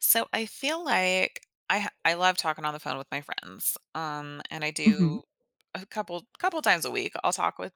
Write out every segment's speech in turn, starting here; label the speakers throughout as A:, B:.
A: So I feel like I love talking on the phone with my friends. And I
B: Mhm.
A: do a couple times a week. I'll talk with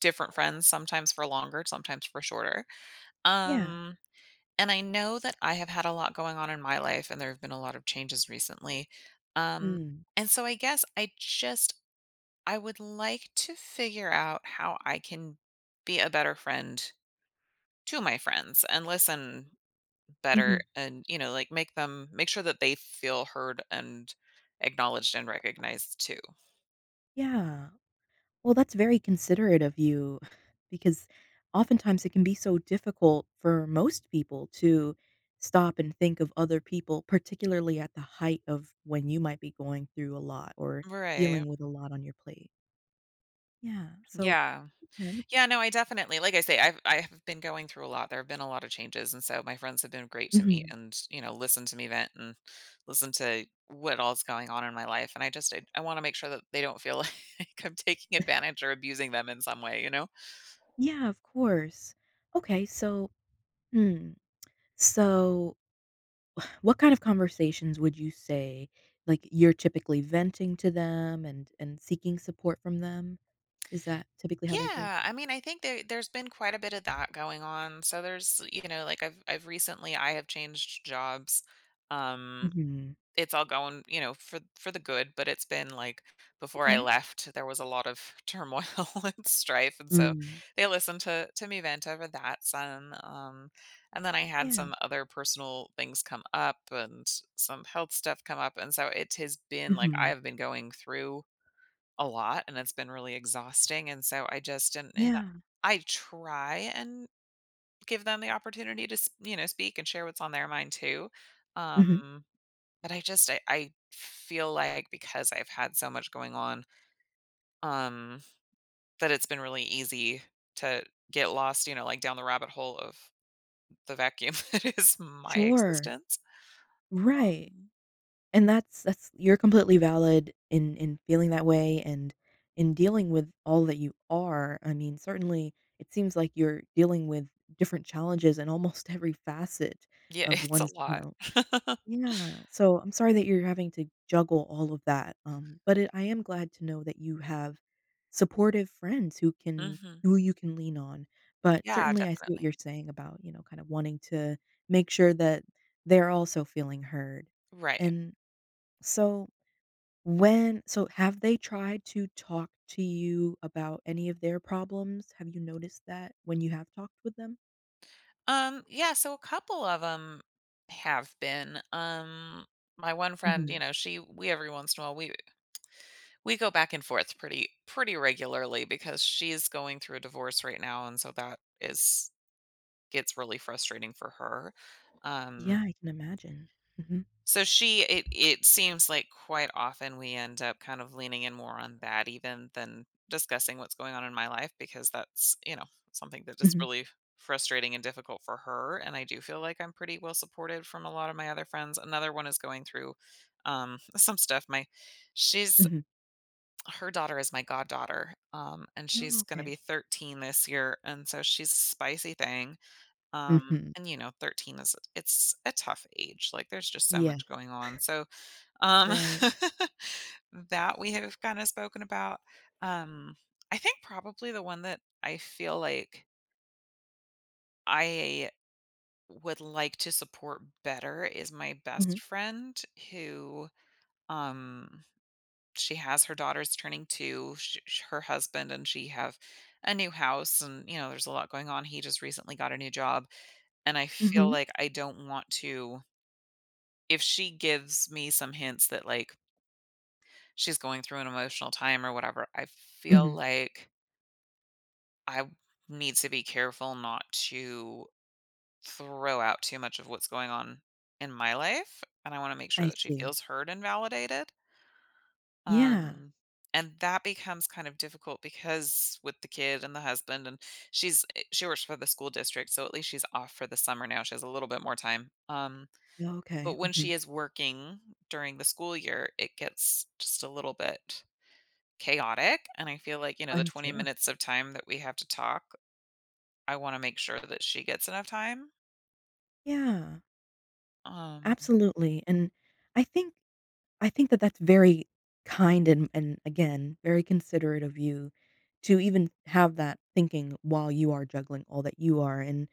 A: different friends, sometimes for longer, sometimes for shorter.
B: Yeah.
A: Um and I know that I have had a lot going on in my life, and there have been a lot of changes recently. Um
B: Mm.
A: and so I guess I would like to figure out how I can be a better friend to my friends and listen better
B: Mhm.
A: and, like, make sure that they feel heard and acknowledged and recognized too.
B: Yeah. Well, that's very considerate of you because oftentimes it can be so difficult for most people to stop and think of other people, particularly at the height of when you might be going through a lot or
A: Right.
B: dealing with a lot on your plate. Yeah. So,
A: Yeah.
B: okay.
A: Yeah, no, I definitely, like I say, I have been going through a lot. There have been a lot of changes, and so my friends have been great to me,
B: Mhm.
A: and you know, listen to me vent and listen to what all's going on in my life. And I want to make sure that they don't feel like I'm taking advantage or abusing them in some way, you know?
B: Yeah, of course. Okay. So, hmm. So what kind of conversations would you say, like, you're typically venting to them and seeking support from them? Is that typically how they go?
A: Yeah, I mean, I think there's been quite a bit of that going on. So there's, you know, like I've recently I have changed jobs. Um
B: Mhm.
A: it's all going, you know, for the good, but it's been like before I
B: Okay.
A: left, there was a lot of turmoil and strife, and so
B: Mm.
A: they listened to me vent over that son. And then I had
B: Yeah.
A: some other personal things come up, and some health stuff come up, and so it has been like I
B: Mhm.
A: have been going through a lot, and it's been really exhausting. And so I just, and
B: Yeah.
A: I try and give them the opportunity to speak and share what's on their mind too,
B: Mhm.
A: um but I feel like because I've had so much going on, um that it's been really easy to get lost, you know, like down the rabbit hole of the vacuum that is my
B: Sure.
A: existence.
B: Right.
A: um
B: And that's you're completely valid in feeling that way and in dealing with all that you are. I mean, certainly it seems like you're dealing with different challenges in almost every facet
A: yeah,
B: of
A: it's a
B: one's, you
A: lot.
B: know Yeah, so I'm sorry that you're having to juggle all of that, but it I am glad to know that you have supportive friends
A: Hmm.
B: who you can lean on, but
A: Yeah,
B: certainly I see what
A: definitely.
B: you're saying about kind of wanting to make sure that they're also feeling heard.
A: Right.
B: And so when so have they tried to talk to you about any of their problems? Have you noticed that when you have talked with them?
A: Yeah, so a couple of them have been. My one friend, you
B: Mhm.
A: know, she we every once in a while we go back and forth pretty regularly because she's going through a divorce right now, and so that is gets really frustrating for her. Um
B: Yeah, I can imagine. Mhm.
A: so she it it seems like quite often we end up kind of leaning in more on that even than discussing what's going on in my life, because that's, you know, something that is
B: Mhm.
A: really frustrating and difficult for her. And I do feel like I'm pretty well supported from a lot of my other friends. Another one is going through some stuff. My she's
B: Mhm.
A: Her daughter is my goddaughter, and
B: Oh,
A: she's going to
B: okay.
A: be 13 this year, and so she's a spicy thing. um
B: Mhm.
A: and you know, 13 is, it's a tough age, like there's just so
B: Yeah,
A: much going on. So, um,
B: right.
A: that we have kinda spoken about. Um, I think probably the one that I feel like I would like to support better is my
B: Mhm,
A: best friend, who, um, she has, her daughter's turning 2. Sh sh Her husband and she have a new house, and, you know, there's a lot going on. He just recently got a new job, and I feel
B: mhm,
A: like I don't want to, if she gives me some hints that, like, she's going through an emotional time or whatever, I feel
B: mhm.
A: like I need to be careful not to throw out too much of what's going on in my life. And I want to make sure
B: I
A: that she
B: see.
A: feels heard and validated.
B: Yeah.
A: Um, and that becomes kind of difficult because with the kid and the husband and she works for the school district, so at least she's off for the summer now, she has a little bit more time.
B: Oh,
A: But
B: okay,
A: when she
B: mhm.
A: is working during the school year, it gets just a little bit chaotic, and I feel like, you know, the
B: I'm
A: 20
B: sure.
A: minutes of time that we have to talk, I wanna make sure that she gets enough time.
B: Yeah,
A: Um
B: absolutely, and I think I think that that's very kind and again, very considerate of you to even have that thinking while you are juggling all that you are, and,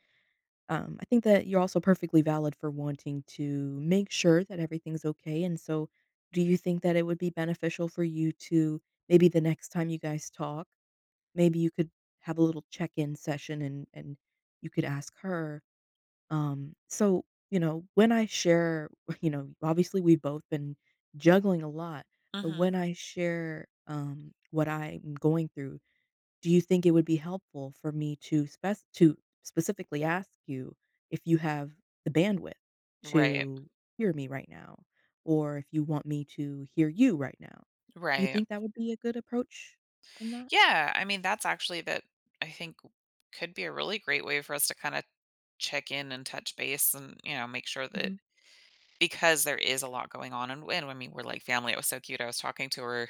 B: um, I think that you're also perfectly valid for wanting to make sure that everything's okay, and so do you think that it would be beneficial for you to maybe the next time you guys talk maybe you could have a little check-in session and you could ask her, so, when I share, obviously we've both been juggling a lot, but
A: Mhm.
B: when I share, what I'm going through, do you think it would be helpful for me to specifically ask you if you have the bandwidth
A: Right.
B: to hear me right now or if you want me to hear you right now? Do you
A: Right.
B: think that would be a good approach in that?
A: Yeah, I mean, that's actually, that I think could be a really great way for us to kinda check in and touch base and, you know, make sure that,
B: Mhm.
A: because there is a lot going on. And I mean, we're like family. It was so cute. I was talking to her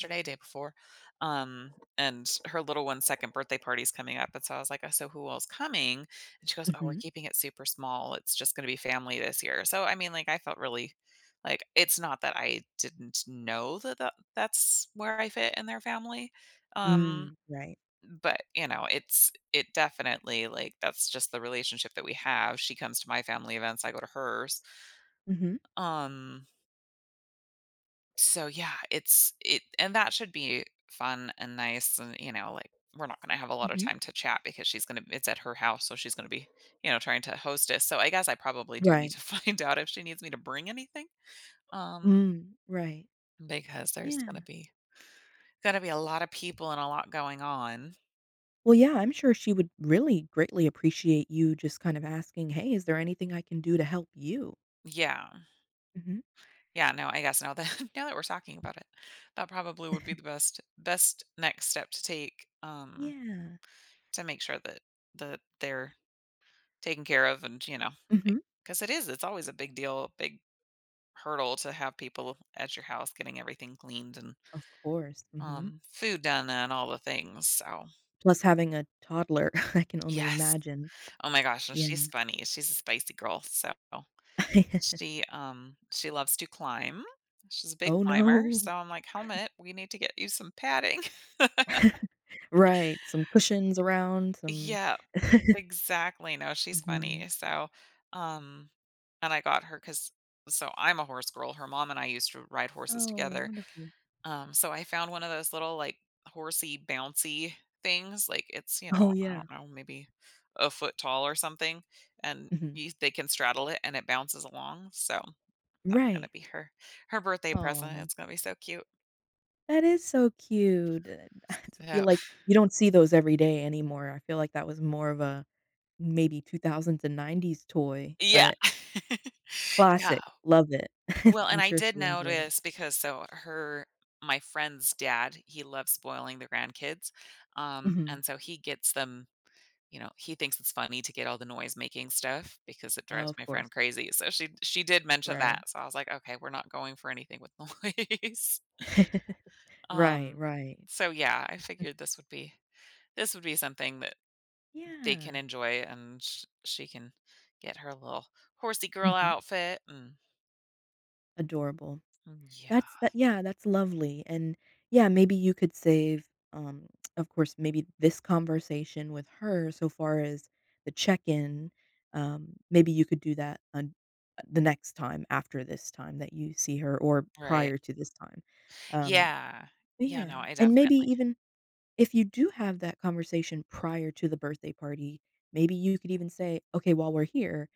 B: Yeah.
A: day before, um, and her little one's second birthday party's coming up, and so I was like, "Oh, so who all's coming?" And she goes, "Oh, we're
B: Mhm.
A: keeping it super small. It's just gonna be family this year." So, I mean, like, I felt really like, it's not that I didn't know that that's where I fit in their family, um,
B: Mm, right.
A: but, you know, it definitely, like, that's just the relationship that we have. She comes to my family events, I go to hers.
B: Mhm.
A: um yeah, it and that should be fun and nice, and, you know, like, we're not gonna have a lot of
B: Mhm.
A: time to chat because she's gonna it's at her house, so she's gonna be, you know, trying to hostess. So I guess I probably do need
B: Right.
A: to find out if she needs me to bring anything, um,
B: Mm, right.
A: because there's
B: Yeah.
A: gonna be a lot of people and a lot going on.
B: Well, yeah, I'm sure she would really greatly appreciate you just kind of asking, "Hey, is there anything I can do to help you?"
A: Yeah.
B: Mhm.
A: Yeah, no, I guess now that now that we're talking about it, that probably would be the best next step to take,
B: Yeah.
A: to make sure that they're taken care of, and you know,
B: Mhm.
A: because it's always a big deal, a big hurdle to have people at your house, getting everything cleaned and
B: Of course. Mhm.
A: food done and all the things. So
B: Plus having a toddler, I can only
A: yes,
B: imagine.
A: oh my gosh, and she's
B: Yeah.
A: funny, she's a spicy girl. So she loves to climb, she's a big
B: "Oh,
A: climber.
B: no."
A: So I'm like, helmet, we need to get you some padding.
B: Right, some cushions around, some.
A: Yeah, exactly. No, she's
B: Mhm.
A: funny. So um and I got her, because I'm a horse girl, her mom and I used to ride horses
B: Oh,
A: together.
B: wonderful.
A: So I found one of those little, like, horsey bouncy things. Like, it's, you
B: Oh,
A: know, I
B: yeah.
A: don't know, maybe a foot tall or something. And
B: Mhm.
A: you, they can straddle it and it bounces along. So gonna
B: Right.
A: be her birthday present.
B: Oh.
A: It's gonna be so cute.
B: That is so cute. I
A: So
B: feel like you don't see those every day anymore. I feel like that was more of a maybe 2000s and 90s toy,
A: yeah.
B: but
A: Yeah.
B: classic. Love it.
A: Well, and
B: I'm
A: I
B: sure
A: did
B: she'll enjoy that.
A: notice, because so her my friend's dad, he loves spoiling the grandkids. Um,
B: Mhm.
A: and so he gets them, you know, he thinks it's funny to get all the noise-making stuff because it
B: Oh,
A: drives
B: of
A: my friend
B: course.
A: crazy, so she did mention
B: Right.
A: that. So I was like, "Okay, we're not going for anything with noise."
B: Right,
A: Um,
B: right.
A: so yeah, I figured this would be something that they can
B: Yeah.
A: enjoy, and sh she can get her little horsey girl
B: Mhm.
A: outfit, and
B: Adorable.
A: mm,
B: That's that
A: yeah,
B: yeah, that's lovely, and yeah, maybe you could save, um, of course, maybe this conversation with her so far as the check-in, maybe you could do that on the next time after this time that you see her or
A: right.
B: prior to this time, um,
A: Yeah.
B: but
A: Yeah,
B: yeah,
A: no, I
B: and maybe
A: definitely
B: even if you do have that conversation prior to the birthday party, maybe you could even say, "Okay, while we're here,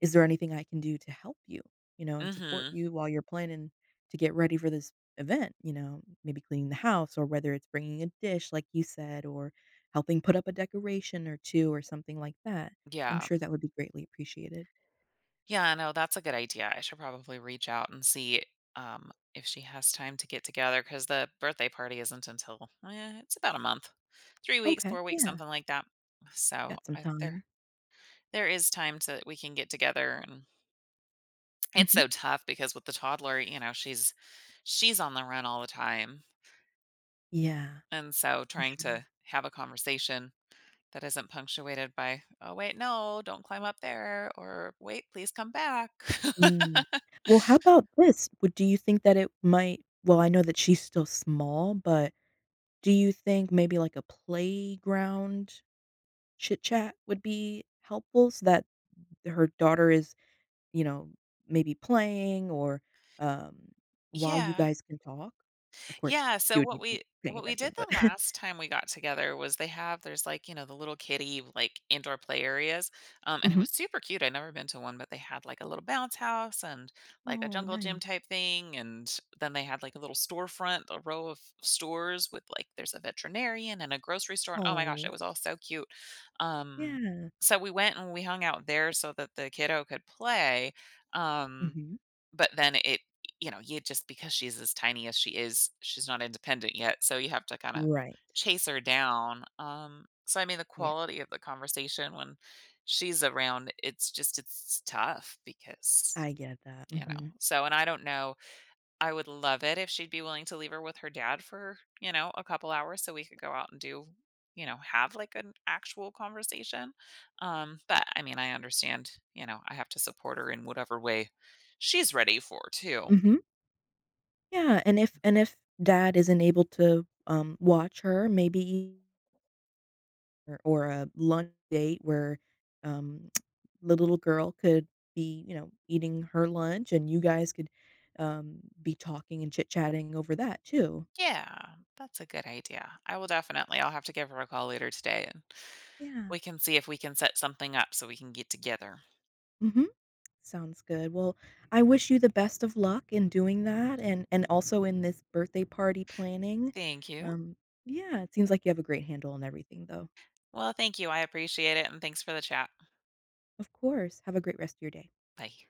B: is there anything I can do to help you, you know, and support
A: mhm,
B: you while you're planning to get ready for this event?" Maybe cleaning the house or whether it's bringing a dish like you said or helping put up a decoration or two or something like that. I'm
A: yeah.
B: sure that would be greatly appreciated.
A: Yeah, no, that's a good idea. I should probably reach out and see, if she has time to get together, because the birthday party isn't until it's about a month, 3 weeks,
B: Okay,
A: 4 weeks,
B: yeah,
A: something like that. So
B: got some time.
A: there is time to, we can get together. And it's
B: Mhm.
A: so tough because with the toddler, you know, she's on the run all the time,
B: Yeah,
A: and so
B: I'm
A: trying
B: sure.
A: to have a conversation that isn't punctuated by, oh wait, no, don't climb up there, or wait, please come back.
B: Mm. Well, how about this? Would Do you think that it might well, I know that she's still small, but do you think maybe like a playground chit chat would be helpful so that her daughter is, you know, maybe playing or, um, while you
A: Yeah.
B: guys can talk? Of course,
A: Yeah, so
B: she would need to be paying
A: what we did
B: attention, but.
A: the last time we got together was they have, there's like, you know, the little kiddie, like, indoor play areas. And it
B: Mhm.
A: was super cute. I'd never been to one, but they had like a little bounce house and like a
B: Oh,
A: jungle gym
B: nice.
A: type thing, and then they had like a little storefront, a row of stores with like, there's a veterinarian and a grocery store. And oh my gosh, it
B: Oh,
A: was all so cute. Um
B: yeah.
A: so we went and we hung out there so that the kiddo could play. Um
B: Mhm.
A: but then it you know, you just, because she's as tiny as she is, she's not independent yet, so you have to kinda
B: Right.
A: chase her down. So, I mean, the
B: Yeah,
A: quality of the conversation when she's around, it's just, it's tough because,
B: I get that.
A: you know.
B: Mhm.
A: So, and I don't know, I would love it if she'd be willing to leave her with her dad for, you know, a couple hours so we could go out and do, you know, have like an actual conversation. But I mean, I understand, you know, I have to support her in whatever way she's ready for too.
B: Mhm. Yeah, and if dad isn't able to, watch her, maybe or a lunch date where, um, the little girl could be eating her lunch and you guys could be talking and chit-chatting over that too.
A: Yeah, that's a good idea. I will definitely, I'll have to give her a call later today, and
B: Yeah.
A: we can see if we can set something up so we can get together.
B: Mhm. Sounds good. Well, I wish you the best of luck in doing that and also in this birthday party planning.
A: Thank you.
B: Um, yeah, it seems like you have a great handle on everything, though.
A: Well, thank you. I appreciate it. And thanks for the chat.
B: Of course. Have a great rest of your day.
A: Bye.